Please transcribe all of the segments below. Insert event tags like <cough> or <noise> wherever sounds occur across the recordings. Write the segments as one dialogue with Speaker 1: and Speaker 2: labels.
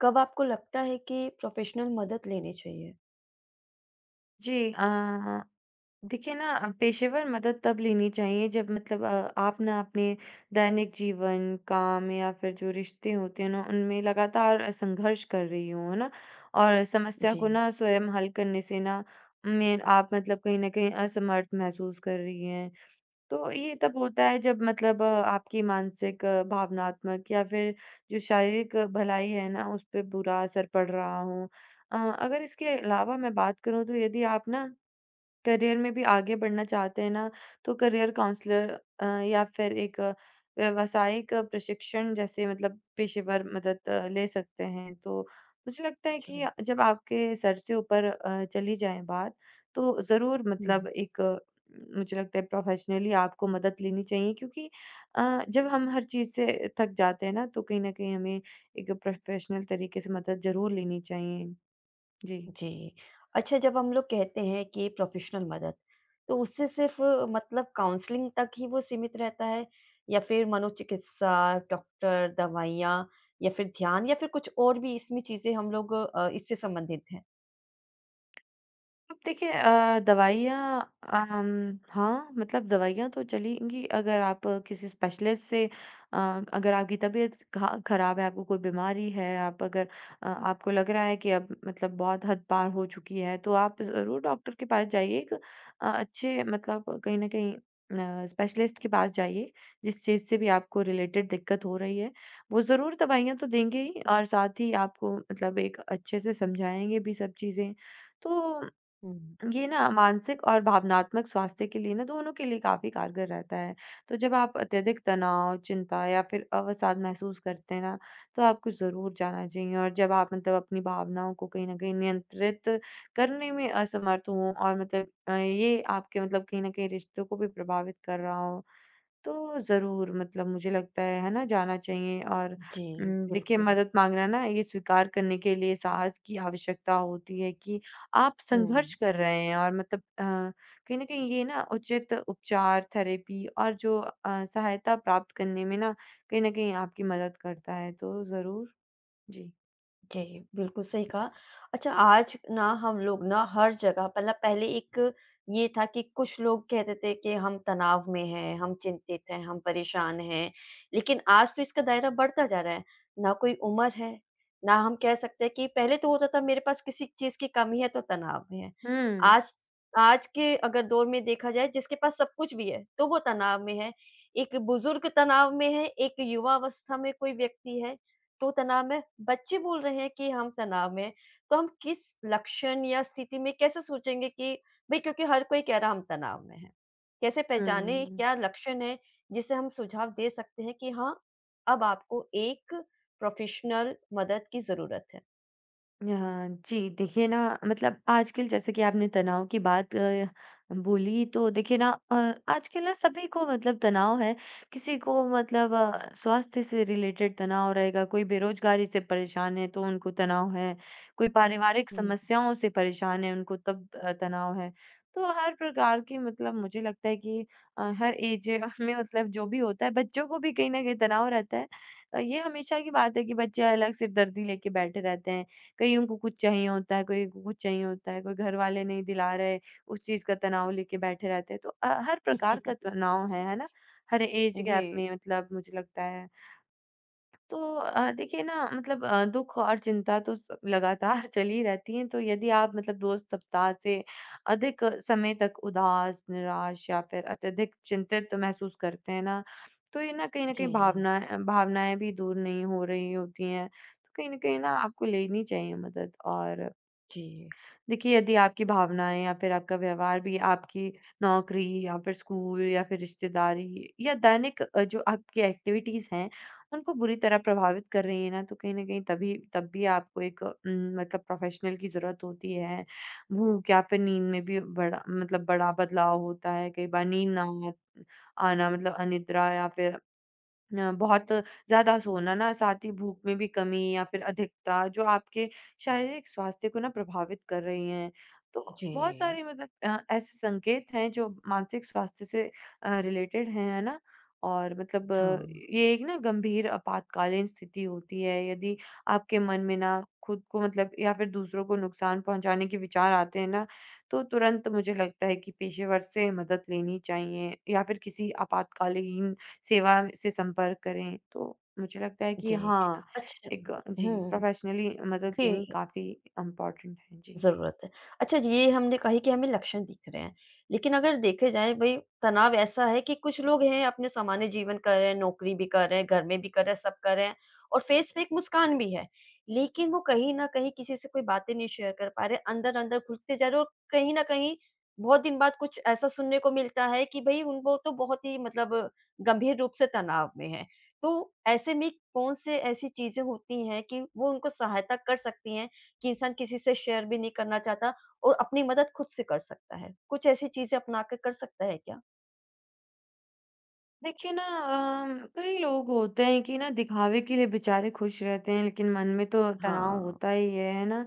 Speaker 1: कब आपको लगता है कि प्रोफ़ेशनल मदद लेनी चाहिए?
Speaker 2: जी। देखिए ना, पेशेवर मदद तब लेनी चाहिए जब मतलब आप ना अपने दैनिक जीवन, काम या फिर जो रिश्ते होते हैं ना, उनमें लगातार संघर्ष कर रही हो, है ना? और समस्या को
Speaker 1: जी,
Speaker 2: ना स्वयं हल करने से ना में आप मतलब कहीं न कहीं असमर्थ महसूस कर रही हैं। तो ये तब होता है जब मतलब आपकी मानसिक, भावनात्मक या फिर जो शारीरिक भलाई है ना, उस पे बुरा असर पड़ रहा हो। अगर इसके अलावा मैं बात करूँ तो यदि आप ना करियर में भी आगे बढ़ना चाहते हैं ना, तो करियर काउंसलर या फिर एक व्यावसायिक प्रशिक्षण जैसे मतलब पेशेवर मदद ले सकते हैं। तो मुझे लगता है कि
Speaker 1: जी।
Speaker 2: जब आपके सर से ऊपर चली जाए बात, तो ज़रूर मतलब
Speaker 1: हुँ।
Speaker 2: एक मुझे लगता है प्रोफ़ेशनली आपको मदद लेनी चाहिए, क्योंकि जब हम हर चीज़ से थक जाते हैं ना, तो कहीं न कहीं हमें एक प्रोफ़ेशनल तरीके से मदद ज़रूर लेनी चाहिए। जी।
Speaker 1: जी। अच्छा, जब हम लोग कहते हैं कि प्रोफ़ेशनल मदद, तो उससे सिर्फ़ मतलब काउंसलिंग तक ही वो सीमित रहता है या फिर मनोचिकित्सा, डॉक्टर, दवाइयाँ या फिर ध्यान या फिर कुछ और भी इसमें चीज़ें हम लोग इससे संबंधित हैं?
Speaker 2: अब देखिए, दवाइयाँ, अम, हाँ, मतलब दवाइयाँ तो चलेंगी अगर आप किसी स्पेशलिस्ट से। अ, अगर आपकी तबीयत खा खराब है, आपको कोई बीमारी है, आप अगर आपको लग रहा है कि अब मतलब बहुत हद पार हो चुकी है, तो आप ज़रूर डॉक्टर के पास जाइए, एक अच्छे मतलब कहीं न कहीं स्पेशलिस्ट के पास जाइए, जिस चीज़ से भी आपको रिलेटेड दिक्कत हो रही है। वो ज़रूर दवाइयाँ तो देंगे ही, और साथ ही आपको मतलब एक अच्छे से समझाएँगे भी सब चीज़ें। तो
Speaker 1: हुँ।
Speaker 2: ये ना मानसिक और भावनात्मक स्वास्थ्य के लिए ना दोनों के लिए काफ़ी कारगर रहता है। तो जब आप अत्यधिक तनाव, चिंता या फिर अवसाद महसूस करते हैं ना, तो आपको ज़रूर जाना चाहिए। और जब आप मतलब अपनी भावनाओं को कहीं न कहीं नियंत्रित करने में असमर्थ हों, और मतलब ये आपके मतलब कहीं न कहीं रिश्तों को भी प्रभावित कर रहा हो, तो ज़रूर मतलब मुझे लगता है ना, जाना चाहिए। और
Speaker 1: जी,
Speaker 2: देखिए,
Speaker 1: बिल्कुल।
Speaker 2: मदद माँगना ना ये स्वीकार करने के लिए साहस की आवश्यकता होती है कि आप संघर्ष
Speaker 1: हुँ।
Speaker 2: कर रहे हैं, और मतलब कहीं न कहीं ये ना उचित उपचार, थेरेपी और जो सहायता प्राप्त करने में ना, कहीं न कहीं आपकी मदद करता है, तो ज़रूर। जी।
Speaker 1: जी, बिल्कुल सही कहा। अच्छा, आज ना हम लोग ना हर जगह मतलब पहले एक ये था कि कुछ लोग कहते थे कि हम तनाव में हैं, हम चिंतित हैं, हम परेशान हैं। लेकिन आज तो इसका दायरा बढ़ता जा रहा है। ना कोई उम्र है, ना हम कह सकते हैं कि पहले तो होता था मेरे पास किसी चीज़ की कमी है तो तनाव में है।
Speaker 2: हुँ,
Speaker 1: आज आज के अगर दौर में देखा जाए जिसके पास सब कुछ भी है, तो वो तनाव में है। एक बुज़ुर्ग तनाव में है, एक युवा अवस्था में कोई व्यक्ति है, तो तनाव में बच्चे बोल रहे हैं कि हम तनाव में हैं, तो हम किस लक्षण या स्थिति में कैसे सोचेंगे कि भई क्योंकि हर कोई कह रहा है हम तनाव में हैं। कैसे पहचानें
Speaker 2: हुँ।
Speaker 1: क्या लक्षण है जिससे हम सुझाव दे सकते हैं कि हाँ, अब आपको एक प्रोफ़ेशनल मदद की ज़रूरत है?
Speaker 2: हाँ जी, देखिए ना, मतलब आजकल जैसे कि आपने तनाव की बात बोली, तो देखिए ना, आजकल ना सभी को मतलब तनाव है। किसी को मतलब स्वास्थ्य से रिलेटेड तनाव रहेगा, कोई बेरोज़गारी से परेशान है तो उनको तनाव है, कोई पारिवारिक
Speaker 1: हुँ।
Speaker 2: समस्याओं से परेशान है उनको तब तनाव है। तो हर प्रकार की मतलब मुझे लगता है कि हर एज <laughs> में मतलब जो भी होता है, बच्चों को भी कहीं न कहीं तनाव रहता है। ये हमेशा की बात है कि बच्चे अलग सिरदर्दी लेके बैठे रहते हैं। कहीं उनको कुछ चाहिए होता है, कोई को कुछ चाहिए होता है, कोई घरवाले नहीं दिला रहे, उस चीज़ का तनाव लेके बैठे रहते हैं। तो हर प्रकार का
Speaker 1: <laughs>
Speaker 2: तनाव है ना? हर एज गैप
Speaker 1: जी,
Speaker 2: में मतलब मुझे लगता है। तो देखिए ना, मतलब दुःख और चिंता तो स लगातार <laughs> चली रहती हैं, तो यदि आप मतलब 2 सप्ताह से अधिक समय तक उदास, निराश या फिर अत्यधिक चिंतित महसूस करते हैं ना, तो ये ना कहीं न कहीं
Speaker 1: जी,
Speaker 2: भावनाएँ भी दूर नहीं हो रही होती हैं। तो कहीं न कहीं ना आपको लेनी चाहिए मदद। और
Speaker 1: जी,
Speaker 2: देखिए, यदि आपकी भावनाएँ या फिर आपका व्यवहार भी आपकी नौकरी या फिर स्कूल या फिर रिश्तेदारी या दैनिक जो आपकी एक्टिविटीज़ हैं, उनको बुरी तरह प्रभावित कर रही है ना, तो कहीं न कहीं तभी तब भी आपको एक मतलब प्रोफ़ेशनल की ज़रूरत होती है। भूख या फिर नींद में भी बड़ा मतलब बड़ा बदलाव होता है। कई बार नींद ना आना मतलब अनिद्रा या फिर बहुत ज़्यादा सोना ना, साथ ही भूख में भी कमी या फिर अधिकता, जो आपके शारीरिक स्वास्थ्य को ना प्रभावित कर रही हैं। तो
Speaker 1: जी।
Speaker 2: बहुत सारे मतलब ऐसे संकेत हैं जो मानसिक स्वास्थ्य से रिलेटेड हैं, है ना? और मतलब
Speaker 1: हाँ,
Speaker 2: ये एक ना गंभीर आपातकालीन स्थिति होती है, यदि आपके मन में ना खुद को मतलब या फिर दूसरों को नुकसान पहुँचाने के विचार आते हैं ना, तो तुरंत मुझे लगता है कि पेशेवर से मदद लेनी चाहिए या फिर किसी आपातकालीन सेवा से संपर्क करें। तो मुझे लगता है कि
Speaker 1: जी।
Speaker 2: हाँ,
Speaker 1: अच्छा।
Speaker 2: एक जी,
Speaker 1: हुँ,
Speaker 2: प्रोफ़ेशनली मदद लेनी
Speaker 1: जी।
Speaker 2: काफ़ी इम्पोर्टेंट है। जी।
Speaker 1: ज़रूरत है। अच्छा, ये हमने कही कि हमें लक्षण दिख रहे हैं। लेकिन अगर देखे जाए भई तनाव ऐसा है कि कुछ लोग हैं अपने सामान्य जीवन कर रहे हैं, नौकरी भी कर रहे हैं, घर में भी कर रहे हैं, सब कर रहे हैं और फेस पे एक मुस्कान भी है। लेकिन वो कहीं न कहीं किसी से कोई बातें नहीं शेयर कर पा रहे, अंदर-अंदर घुलते जा रहे और कहीं न कहीं बहुत दिन बाद कुछ ऐसा सुनने को मिलता है कि भई उन वो तो बहुत ही मतलब गंभीर रूप से तनाव में हैं। तो ऐसे में कौन से ऐसी चीज़ें होती हैं कि वो उनको सहायता कर सकती हैं कि इंसान किसी से शेयर भी नहीं करना चाहता और अपनी मदद खुद से कर सकता है। कुछ ऐसी चीज़ें अपना के कर सकता है क्या?
Speaker 2: देखिए ना, कई लोग होते हैं कि ना दिखावे के लिए बेचारे खुश रहते हैं, लेकिन मन में तो तनाव
Speaker 1: हाँ।
Speaker 2: होता ही है ना?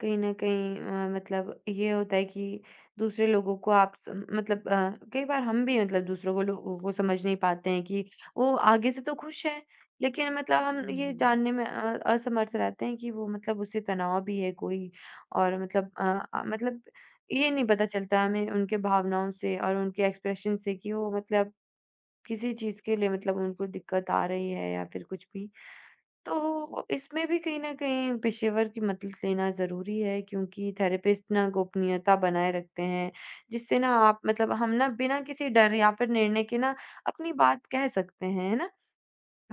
Speaker 2: कहीं ना कहीं मतलब ये होता है कि दूसरे लोगों को आप मतलब कई बार हम भी मतलब दूसरों को लोगों को समझ नहीं पाते हैं कि वो आगे से तो खुश है, लेकिन मतलब हम
Speaker 1: हुँ,
Speaker 2: ये
Speaker 1: हुँ।
Speaker 2: जानने में असमर्थ रहते हैं कि वो मतलब उससे तनाव भी है कोई। और मतलब मतलब ये नहीं पता चलता हमें उनके भावनाओं से और उनके एक्सप्रेशन से कि वो मतलब किसी चीज़ के लिए मतलब उनको दिक्कत आ रही है या फिर कुछ भी। तो इसमें भी कहीं न कहीं पेशेवर की मदद लेना ज़रूरी है, क्योंकि थेरेपिस्ट ना गोपनीयता बनाए रखते हैं, जिससे ना आप मतलब हम ना बिना किसी डर या फिर निर्णय के ना अपनी बात कह सकते हैं, है ना?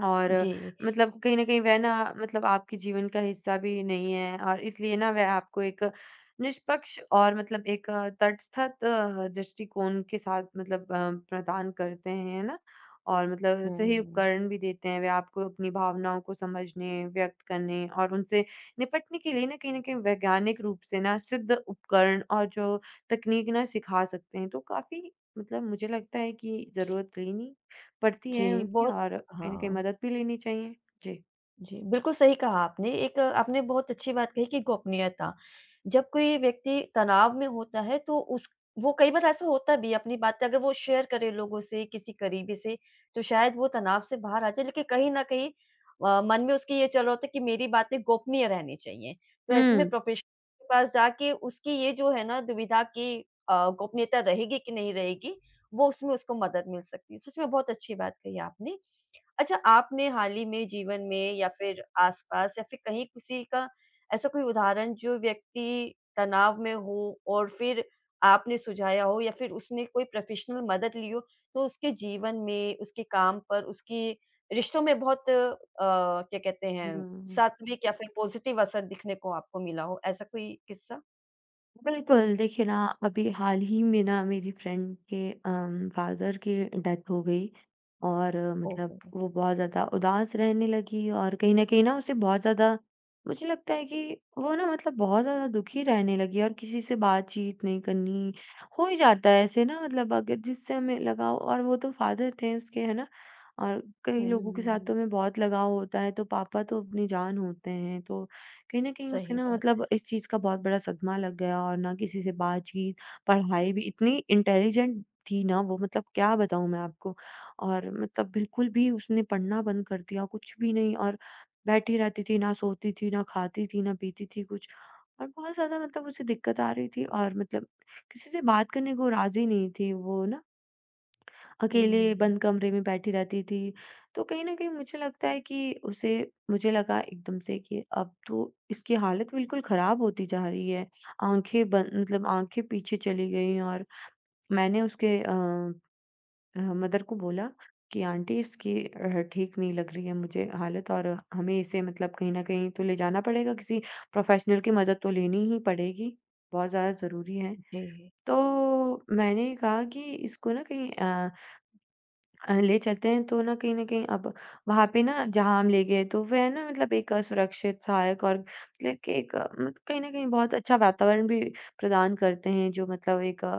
Speaker 2: और
Speaker 1: जी।
Speaker 2: मतलब कहीं न कहीं वह ना मतलब आपके जीवन का हिस्सा भी नहीं है, और इसलिए ना वह आपको एक निष्पक्ष और मतलब एक तटस्थ दृष्टिकोण के साथ मतलब प्रदान करते हैं, है ना? और मतलब सही
Speaker 1: हुँ,
Speaker 2: उपकरण भी देते हैं। वे आपको अपनी भावनाओं को समझने, व्यक्त करने और उनसे निपटने के लिए ना कहीं न कहीं वैज्ञानिक रूप से ना सिद्ध उपकरण और जो तकनीक ना सिखा सकते हैं। तो काफ़ी मतलब मुझे लगता है कि ज़रूरत लेनी पड़ती है
Speaker 1: जी,
Speaker 2: उनकी,
Speaker 1: बहुत
Speaker 2: और कहीं न कहीं
Speaker 1: हाँ।
Speaker 2: मदद भी लेनी चाहिए। जी।
Speaker 1: जी, बिल्कुल सही कहा आपने। एक आपने बहुत अच्छी बात कही कि गोपनीयता। जब कोई व्यक्ति तनाव में होता है तो उस वो कई बार ऐसा होता भी है अपनी बातें अगर वो शेयर करे लोगों से, किसी करीबी से तो शायद वो तनाव से बाहर आ जाए लेकिन कहीं न कहीं मन में उसके ये चल रहा होता है कि मेरी बातें गोपनीय रहनी चाहिए। तो ऐसे में
Speaker 2: हुँ।
Speaker 1: प्रोफेशनल के पास जाके उसकी ये जो है ना दुविधा कि अ, गोपनीयता रहेगी कि नहीं रहेगी, वो उसमें उसको मदद मिल सकती है। सच में बहुत अच्छी बात कही आपने। अच्छा, आपने हाल ही में जीवन में या फिर आस-पास या फिर कहीं किसी का ऐसा कोई उदाहरण जो व्यक्ति तनाव में हो और फिर आपने सुझाया हो या फिर उसने कोई प्रोफ़ेशनल मदद ली हो, तो उसके जीवन में, उसके काम पर, उसकी रिश्तों में बहुत क्या कहते हैं,
Speaker 2: हुँ।
Speaker 1: सात्विक या फिर पॉज़िटिव असर दिखने को आपको मिला हो, ऐसा कोई किस्सा?
Speaker 2: बिल्कुल, देखिए ना, अभी हाल ही में ना मेरी फ्रेंड के फ़ादर की डेथ हो गई, और मतलब
Speaker 1: ओहो!
Speaker 2: वो बहुत ज़्यादा उदास रहने लगी, और कहीं न कहीं ना उसे बहुत ज़्यादा मुझे लगता है कि वो ना मतलब बहुत ज़्यादा दुखी रहने लगी, और किसी से बातचीत नहीं करनी। हो ही जाता है ऐसे ना, मतलब अगर जिससे हमें लगाव, और वो तो फ़ादर थे उसके, है ना? और कई
Speaker 1: हुँ,
Speaker 2: लोगों के
Speaker 1: हुँ,
Speaker 2: साथ
Speaker 1: हुँ।
Speaker 2: तो हमें बहुत लगाव होता है, तो पापा तो अपनी जान होते हैं। तो कहीं न कहीं उसे
Speaker 1: सही
Speaker 2: ना
Speaker 1: बात
Speaker 2: मतलब
Speaker 1: है।
Speaker 2: इस चीज़ का बहुत बड़ा सदमा लग गया, और ना किसी से बातचीत, पढ़ाई भी। इतनी इंटेलिजेंट थी ना वो, मतलब क्या बताऊँ मैं आपको। और मतलब बिल्कुल भी उसने पढ़ना बंद कर दिया, कुछ भी नहीं। और बैठी रहती थी, ना सोती थी, ना खाती थी, ना पीती थी कुछ। और बहुत ज़्यादा मतलब उसे दिक्कत आ रही थी, और मतलब किसी से बात करने को राज़ी नहीं थी वो ना। अकेले
Speaker 1: हुँ।
Speaker 2: बंद कमरे में बैठी रहती थी। तो कहीं न कहीं मुझे लगता है कि उसे, मुझे लगा एकदम से कि अब तो इसकी हालत बिल्कुल ख़राब होती जा रही है। आँखें बन मतलब आँखें पीछे चली गईं, और मैंने उसके मदर को बोला कि आंटी, इसकी ठीक नहीं लग रही है मुझे हालत, और हमें इसे मतलब कहीं न कहीं तो ले जाना पड़ेगा, किसी प्रोफ़ेशनल की मदद तो लेनी ही पड़ेगी, बहुत ज़्यादा ज़रूरी है।
Speaker 1: जी,
Speaker 2: तो मैंने कहा कि इसको ना कहीं ले चलते हैं। तो ना कहीं न कहीं अब वहाँ पे ना, जहाँ हम ले गए, तो वह ना मतलब एक सुरक्षित, सहायक और मतलब कि एक अ, मत कहीं न कहीं बहुत अच्छा वातावरण भी प्रदान करते हैं, जो मतलब एक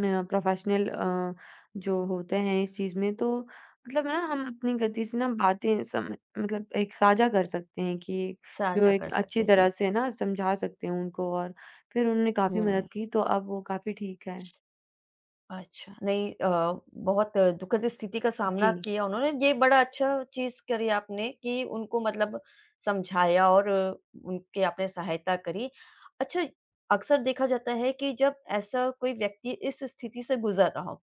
Speaker 2: प्रोफ़ेशनल जो होते हैं इस चीज़ में। तो मतलब ना हम अपनी गति से ना बातें सम मतलब एक साझा कर सकते हैं, कि जो
Speaker 1: साझा कर
Speaker 2: एक अच्छी
Speaker 1: सकते।
Speaker 2: तरह
Speaker 1: जी।
Speaker 2: से ना समझा सकते हैं उनको, और फिर उन्होंने काफ़ी
Speaker 1: हुँ।
Speaker 2: मदद की, तो अब वो काफ़ी ठीक है।
Speaker 1: अच्छा, नहीं, बहुत दुखद स्थिति का
Speaker 2: जी।
Speaker 1: सामना किया उन्होंने, ये बड़ा अच्छा चीज़ करी आपने कि उनको मतलब समझाया और उनकी आपने सहायता करी। अच्छा, अक्सर देखा जाता है कि जब ऐसा कोई व्यक्ति इस स्थिति से गुज़र रहा हो,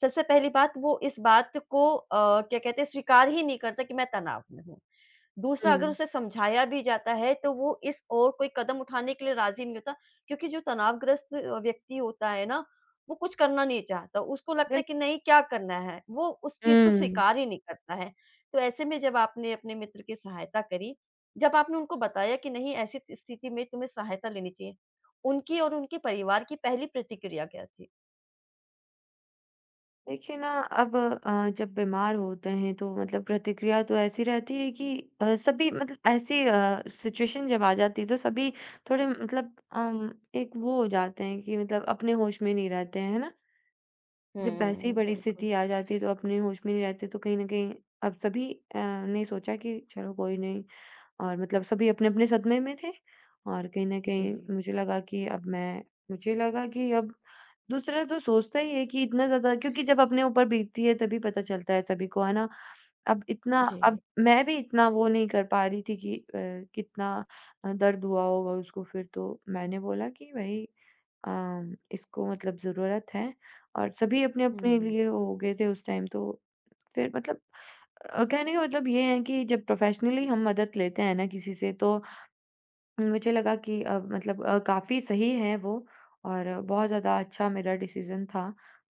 Speaker 1: सबसे पहली बात वो इस बात को क्या कहते हैं स्वीकार ही नहीं करता कि मैं तनाव में हूँ।
Speaker 2: हुँ।
Speaker 1: दूसरा, अगर उसे समझाया भी जाता है तो वो इस ओर कोई कदम उठाने के लिए राज़ी नहीं होता क्योंकि जो तनावग्रस्त व्यक्ति होता है ना, वो कुछ करना नहीं चाहता। उसको लगता है
Speaker 2: बिल्क
Speaker 1: कि नहीं, क्या करना है? वो उस चीज़ को
Speaker 2: हुँ।
Speaker 1: स्वीकार ही नहीं करता है। तो ऐसे में जब आपने अपने मित्र की सहायता करी, जब आपने उनको बताया कि नहीं, ऐसी त स्थिति में तुम्हें सहायता लेनी चाहिए, उनकी और उनके परिवार की पहली प्रतिक्रिया क्या थी?
Speaker 2: देखिए ना, अब जब बीमार होते हैं तो मतलब प्रतिक्रिया तो ऐसी रहती है कि सभी मतलब ऐसी सिचुएशन जब आ जाती है तो सभी थोड़े मतलब एक वो हो जाते हैं कि मतलब अपने होश में नहीं रहते हैं, है ना? जब ऐसी
Speaker 1: हुँ,
Speaker 2: बड़ी
Speaker 1: बिल्कुल।
Speaker 2: स्थिति आ जाती है तो अपने होश में नहीं रहते, तो कहीं ना कहीं अब सभी ने सोचा कि चलो कोई नहीं, और मतलब सभी अपने-अपने सदमे में थे। और कहीं न कहीं
Speaker 1: जी,
Speaker 2: मुझे लगा कि अब दूसरा तो सोचता ही है कि इतना ज़्यादा, क्योंकि जब अपने ऊपर बीतती है तभी पता चलता है सभी को, है ना? अब इतना
Speaker 1: जी।
Speaker 2: अब मैं भी इतना वो नहीं कर पा रही थी कि कितना दर्द हुआ होगा उसको। फिर तो मैंने बोला कि भई, इसको मतलब ज़रूरत है। और सभी अपने-अपने
Speaker 1: हुँ,
Speaker 2: लिए हो गए थे उस टाइम। तो फिर मतलब कहने का मतलब ये है कि जब प्रोफ़ेशनली हम मदद लेते हैं ना किसी से, तो मुझे लगा कि मतलब काफ़ी सही है वो, और बहुत ज़्यादा अच्छा मेरा डिसीज़न था।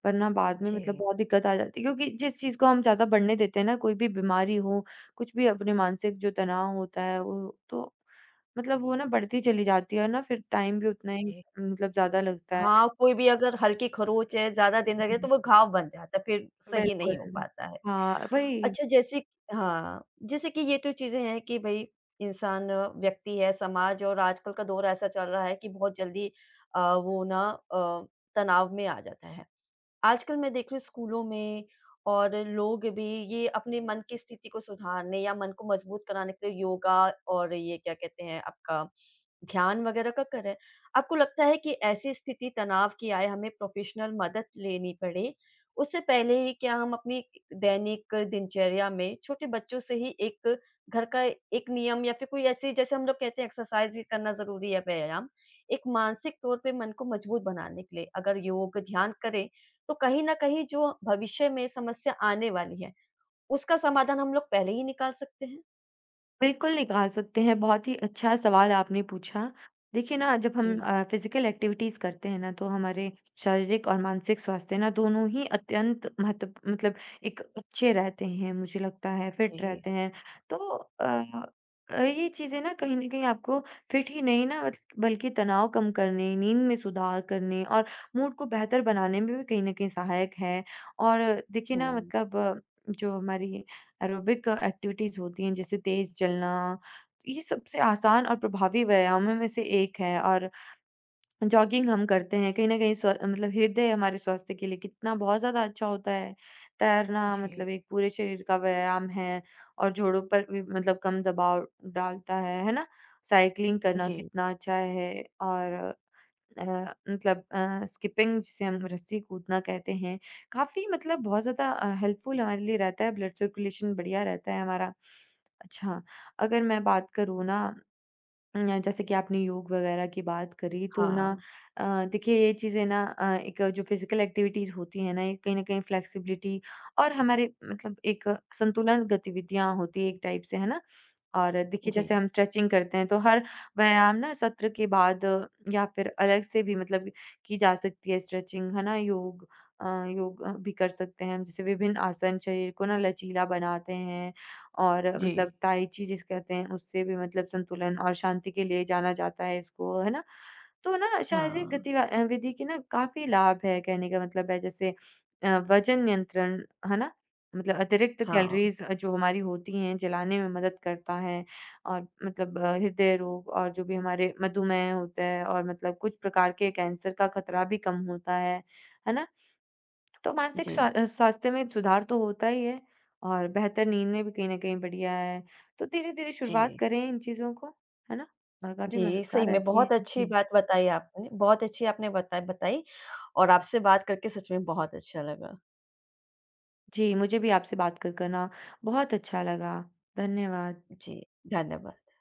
Speaker 2: पर ना बाद में मतलब
Speaker 1: जी,
Speaker 2: बहुत दिक्कत आ जाती है, क्योंकि जिस चीज़ को हम ज़्यादा बढ़ने देते हैं ना, कोई भी बीमारी हो, कुछ भी अपने मानसिक जो तनाव होता है, वो तो मतलब वो ना बढ़ती चली जाती है, और ना फिर टाइम भी उतना ही
Speaker 1: जी।
Speaker 2: मतलब ज़्यादा लगता है।
Speaker 1: हाँ, कोई भी अगर हल्की खरोंच है, ज़्यादा दिन रह गया तो वो घाव बन जाता है, फिर सही नहीं हो
Speaker 2: बिल्कुल।
Speaker 1: पाता है।
Speaker 2: हाँ, वही।
Speaker 1: अच्छा, जैसे, हाँ, जैसे कि ये तो चीज़ें हैं कि भई इंसान, व्यक्ति है, समाज और आजकल का दौर ऐसा चल रहा है कि बहुत जल्दी वो ना अ, तनाव में आ जाता है। आजकल मैं देख रही हूँ स्कूलों में और लोग भी ये अपने मन की स्थिति को सुधारने या मन को मजबूत कराने के लिए योगा और ये क्या कहते हैं आपका ध्यान वगैरह का कर रहे हैं। आपको लगता है कि ऐसी स्थिति तनाव की आए, हमें प्रोफ़ेशनल मदद लेनी पड़े, उससे पहले ही क्या हम अपनी दैनिक दिनचर्या में छोटे बच्चों से ही एक घर का एक नियम या फिर कोई ऐसी जैसे हम लोग कहते हैं एक्सरसाइज़ ही करना ज़रूरी है, व्यायाम। एक मानसिक तौर पे मन को मजबूत बनाने के लिए अगर योग, ध्यान करें, तो कहीं न कहीं जो भविष्य में समस्या आने वाली है, उसका समाधान हम लोग पहले ही निकाल सकते हैं?
Speaker 2: बिल्कुल निकाल सकते हैं, बहुत ही अच्छा सवाल आपने पूछा। देखिए ना, जब हम
Speaker 1: जी,
Speaker 2: फ़िज़िकल एक्टिविटीज़ करते हैं ना, तो हमारे शारीरिक और मानसिक स्वास्थ्य ना दोनों ही अत्यंत महत्व मतलब एक अच्छे रहते हैं, मुझे लगता है फिट
Speaker 1: जी।
Speaker 2: रहते हैं। तो अ ये चीज़ें ना कहीं न कहीं आपको फिट ही नहीं ना मतलब, बल्कि तनाव कम करने, नींद में सुधार करने और मूड को बेहतर बनाने में भी कहीं न कहीं सहायक है। और देखिए ना
Speaker 1: हुँ।
Speaker 2: मतलब जो हमारी एरोबिक एक्टिविटीज होती हैं, जैसे तेज चलना, ये सबसे आसान और प्रभावी व्यायामों में से एक है। और जॉगिंग हम करते हैं, कहीं ना कहीं मतलब हृदय हमारे स्वास्थ्य के लिए कितना बहुत ज्यादा अच्छा होता है। तैरना
Speaker 1: जी,
Speaker 2: मतलब एक पूरे शरीर का व्यायाम है, और जोड़ों पर भी मतलब कम दबाव डालता है ना? साइकिलिंग करना
Speaker 1: जी।
Speaker 2: कितना अच्छा है। और अ, मतलब स्किपिंग, जिसे हम रस्सी कूदना कहते हैं, काफ़ी मतलब बहुत ज़्यादा हेल्पफुल हमारे लिए रहता है, ब्लड सर्कुलेशन बढ़िया रहता है हमारा। अच्छा, अगर मैं बात करूँ ना, अ, जैसे कि आपने योग वगैरह की बात करी, तो ना
Speaker 1: हाँ।
Speaker 2: अ, देखिए, ये चीज़ें ना एक जो फिजिकल एक्टिविटीज़ होती हैं ना, ये कहीं न कहीं फ्लेक्सिबिलिटी और हमारे मतलब एक संतुलन गतिविधियाँ होती है, एक टाइप से, है ना? और देखिए, जैसे
Speaker 1: जी,
Speaker 2: हम स्ट्रेचिंग करते हैं तो हर व्यायाम ना सत्र के बाद, या फिर अलग से भी मतलब की जा सकती है स्ट्रेचिंग, है ना? अ, योग भी कर सकते हैं हम, जैसे विभिन्न आसन शरीर को ना लचीला बनाते हैं। और
Speaker 1: जी।
Speaker 2: मतलब ताइ ची जिसे कहते हैं, उससे भी मतलब संतुलन और शांति के लिए जाना जाता है इसको, है ना? तो ना शारीरिक
Speaker 1: हाँ,
Speaker 2: विधि के ना काफ़ी लाभ है, कहने का मतलब है जैसे वज़न नियंत्रण, है ना? मतलब अतिरिक्त
Speaker 1: हाँ।
Speaker 2: कैलोरीज़ जो हमारी होती हैं जलाने में मदद करता है। और मतलब हृदय रोग और जो भी हमारे मधुमेह होता है, और मतलब कुछ प्रकार के कैंसर का खतरा भी कम होता है ना? तो मानसिक
Speaker 1: जी,
Speaker 2: स्वास्थ्य में सुधार तो होता ही है, और बेहतर नींद में भी कहीं न कहीं बढ़िया है। तो धीरे-धीरे शुरुआत
Speaker 1: जी,
Speaker 2: करें इन चीज़ों को, है ना? और काफ़ी
Speaker 1: जी,
Speaker 2: मददगार
Speaker 1: सही में
Speaker 2: रहती है।
Speaker 1: बहुत अच्छी
Speaker 2: जी।
Speaker 1: बात बताई आपने, बहुत अच्छी आपने बताई और आपसे बात करके सच में बहुत अच्छा लगा।
Speaker 2: जी, मुझे भी आपसे बात कर कर ना बहुत अच्छा लगा। धन्यवाद।
Speaker 1: जी, धन्यवाद।